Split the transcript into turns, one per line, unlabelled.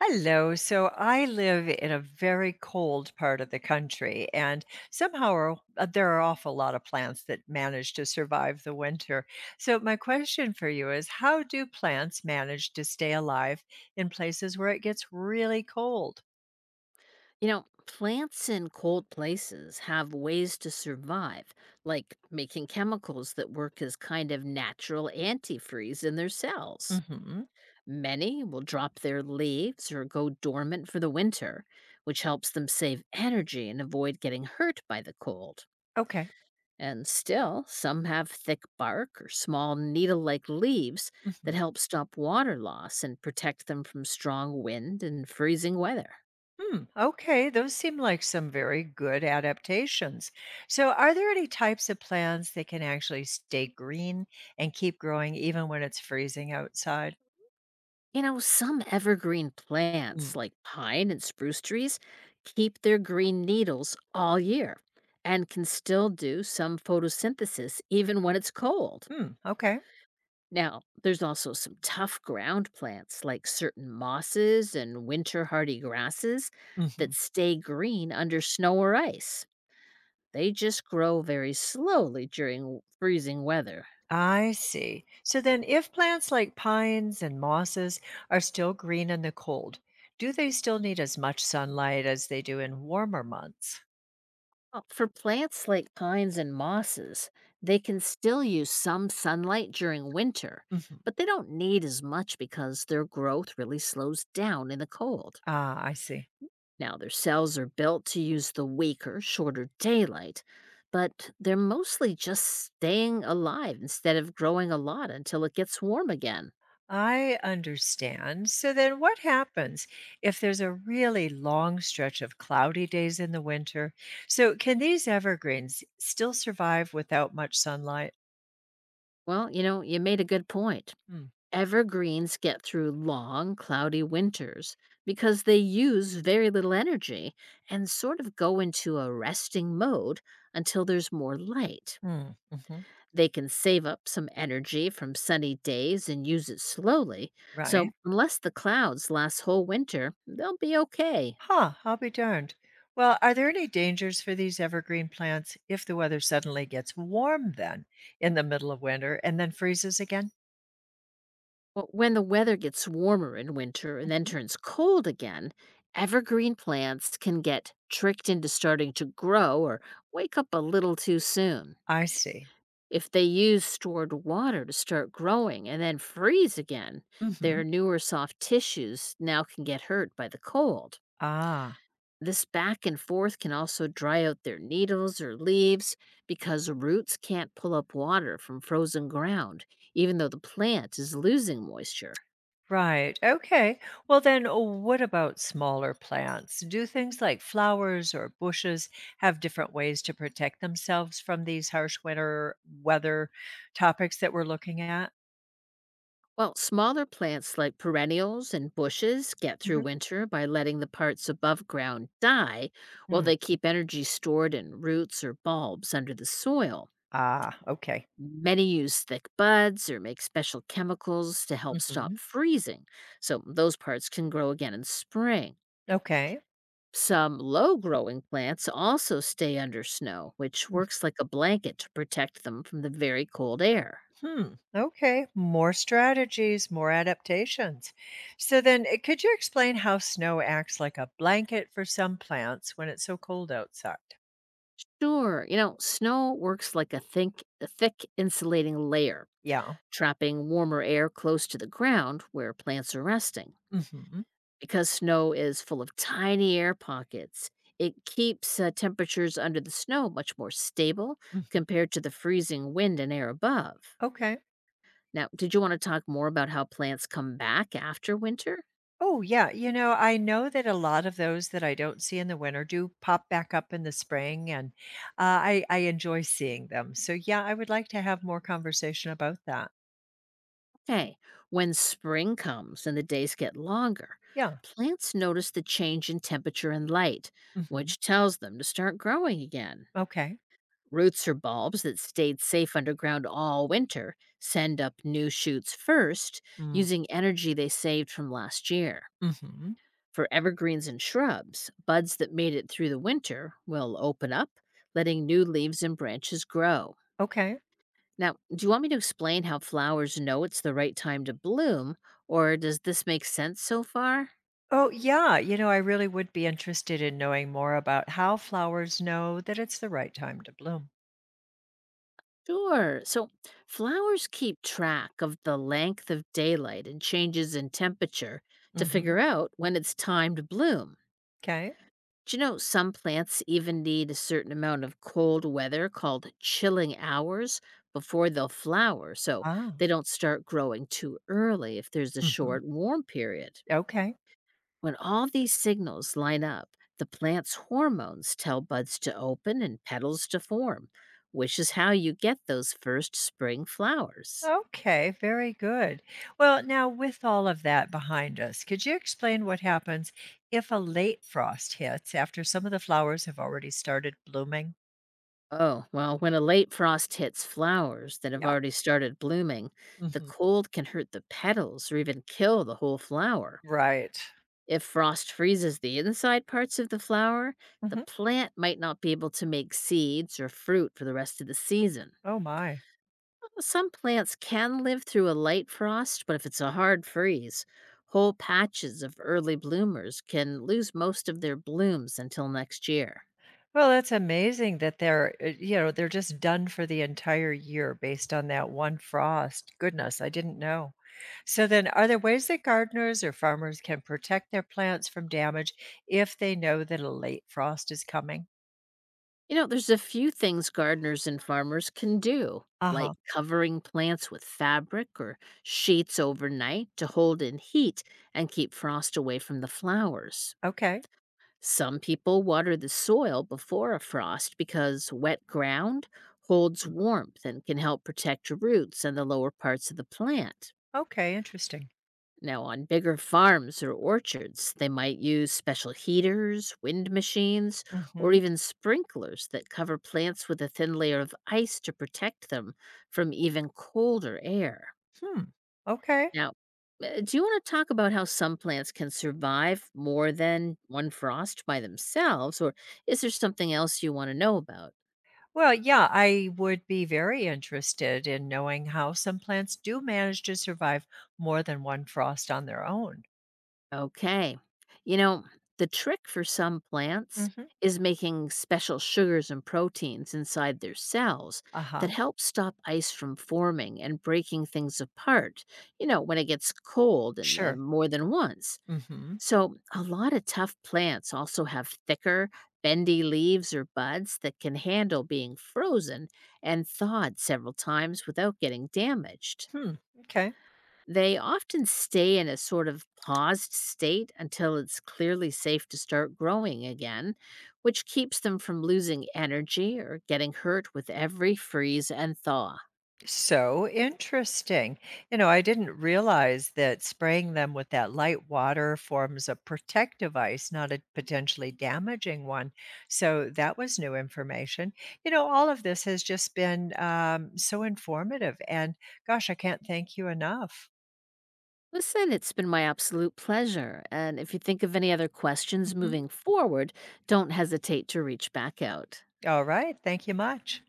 Hello. So I live in a very cold part of the country, and somehow or there are awful lot of plants that manage to survive the winter. So my question for you is, how do plants manage to stay alive in places where it gets really cold?
You know, plants in cold places have ways to survive, like making chemicals that work as kind of natural antifreeze in their cells.
Hmm.
Many will drop their leaves or go dormant for the winter, which helps them save energy and avoid getting hurt by the cold.
Okay.
And still, some have thick bark or small needle like leaves
Hmm.
that help stop water loss and protect them from strong wind and freezing weather.
Hmm. Okay. Those seem like some very good adaptations. So are there any types of plants that can actually stay green and keep growing even when it's freezing outside?
You know, some evergreen plants like pine and spruce trees keep their green needles all year and can still do some photosynthesis even when it's cold.
Mm, okay.
Now, there's also some tough ground plants like certain mosses and winter hardy grasses
Hmm.
that stay green under snow or ice. They just grow very slowly during freezing weather.
I see. So then, if plants like pines and mosses are still green in the cold, do they still need as much sunlight as they do in warmer months?
Well, for plants like pines and mosses, they can still use some sunlight during winter,
Hmm.
but they don't need as much because their growth really slows down in the cold.
Ah, I see.
Now, their cells are built to use the weaker, shorter daylight, but they're mostly just staying alive instead of growing a lot until it gets warm again.
I understand. So then, what happens if there's a really long stretch of cloudy days in the winter? So, can these evergreens still survive without much sunlight?
Well, you know, you made a good point.
Mm.
Evergreens get through long, cloudy winters because they use very little energy and sort of go into a resting mode until there's more light.
Mm-hmm.
They can save up some energy from sunny days and use it slowly,
Right.
so unless the clouds last whole winter, they'll be okay.
Huh, I'll be darned. Well, are there any dangers for these evergreen plants if the weather suddenly gets warm then in the middle of winter and then freezes again?
But when the weather gets warmer in winter and then
Mhm.
turns cold again, evergreen plants can get tricked into starting to grow or wake up a little too soon.
I see.
If they use stored water to start growing and then freeze again,
Mhm.
their newer soft tissues now can get hurt by the cold.
Ah,
This back and forth can also dry out their needles or leaves because roots can't pull up water from frozen ground, even though the plant is losing moisture.
right. Okay. Well, then what about smaller plants? Do things like flowers or bushes have different ways to protect themselves from these harsh winter weather topics that we're looking at?
While smaller plants like perennials and bushes get
Mhm.
through winter by letting the parts above ground die while
Hmm.
they keep energy stored in roots or bulbs under the soil.
Ah, okay.
Many use thick buds or make special chemicals to help stop
Hmm.
freezing, so those parts can grow again in spring.
Okay.
Some low growing plants also stay under snow, which works like a blanket to protect them from the very cold air.
Hmm. Okay. More strategies, more adaptations. So then, could you explain how snow acts like a blanket for some plants when it's so cold outside?
Sure, you know, snow works like a thick insulating layer,
Yeah.
trapping warmer air close to the ground where plants are resting.
Hmm.
Because snow is full of tiny air pockets, it keeps temperatures under the snow much more stable
Hmm.
compared to the freezing wind and air above.
Okay.
Now, did you want to talk more about how plants come back after winter?
Oh, yeah. You know, I know that a lot of those that I don't see in the winter do pop back up in the spring, and I enjoy seeing them. So, yeah, I would like to have more conversation about that.
Okay, when spring comes and the days get longer,
Yeah.
plants notice the change in temperature and light,
Hmm.
which tells them to start growing again.
Okay.
Roots or bulbs that stayed safe underground all winter send up new shoots first using energy they saved from last year.
Mm-hmm.
For evergreens and shrubs, buds that made it through the winter will open up, letting new leaves and branches grow.
Okay.
Now, do you want me to explain how flowers know it's the right time to bloom, or does this make sense so far?
Oh, yeah. You know, I really would be interested in knowing more about how flowers know that it's the right time to bloom.
Sure. So flowers keep track of the length of daylight and changes in temperature to
Hmm.
figure out when it's time to bloom.
Okay.
Do you know some plants even need a certain amount of cold weather called chilling hours before they'll flower so
Ah.
they don't start growing too early if there's a
Hmm.
short warm period?
Okay.
When all these signals line up, the plant's hormones tell buds to open and petals to form, which is how you get those first spring flowers.
Okay. Very good. Well, now, with all of that behind us, could you explain what happens if a late frost hits after some of the flowers have already started blooming?
Oh, well, when a late frost hits flowers that have
Yeah.
already started blooming, the
Hmm.
cold can hurt the petals or even kill the whole flower.
Right.
If frost freezes the inside parts of the flower, the
Hmm.
plant might not be able to make seeds or fruit for the rest of the season.
Oh, my.
Some plants can live through a light frost, but if it's a hard freeze, whole patches of early bloomers can lose most of their blooms until next year.
Well, that's amazing that they're just done for the entire year based on that one frost. Goodness, I didn't know. So then, are there ways that gardeners or farmers can protect their plants from damage if they know that a late frost is coming?
You know, there's a few things gardeners and farmers can do,
Uh huh.
like covering plants with fabric or sheets overnight to hold in heat and keep frost away from the flowers.
Okay.
Some people water the soil before a frost because wet ground holds warmth and can help protect your roots and the lower parts of the plant.
Okay. Interesting.
Now, on bigger farms or orchards, they might use special heaters, wind machines, or
Mm-hmm.
even sprinklers that cover plants with a thin layer of ice to protect them from even colder air.
Hmm. Okay.
Now, do you want to talk about how some plants can survive more than one frost by themselves, or is there something else you want to know about?
Well, yeah, I would be very interested in knowing how some plants do manage to survive more than one frost on their own.
Okay. You know, the trick for some plants
Mm-hmm.
is making special sugars and proteins inside their cells
Uh
that
huh.
help stop ice from forming and breaking things apart, you know, when it gets cold and
Sure.
more than once.
Mm hmm.
So, a lot of tough plants also have thicker, bendy leaves or buds that can handle being frozen and thawed several times without getting damaged.
Hmm. Okay.
They often stay in a sort of paused state until it's clearly safe to start growing again, which keeps them from losing energy or getting hurt with every freeze and thaw.
So interesting. You know, I didn't realize that spraying them with that light water forms a protective ice, not a potentially damaging one. So that was new information. You know, all of this has just been so informative. And gosh, I can't thank you enough.
Listen, it's been my absolute pleasure. And if you think of any other questions
Mhm.
moving forward, don't hesitate to reach back out.
All right. Thank you much.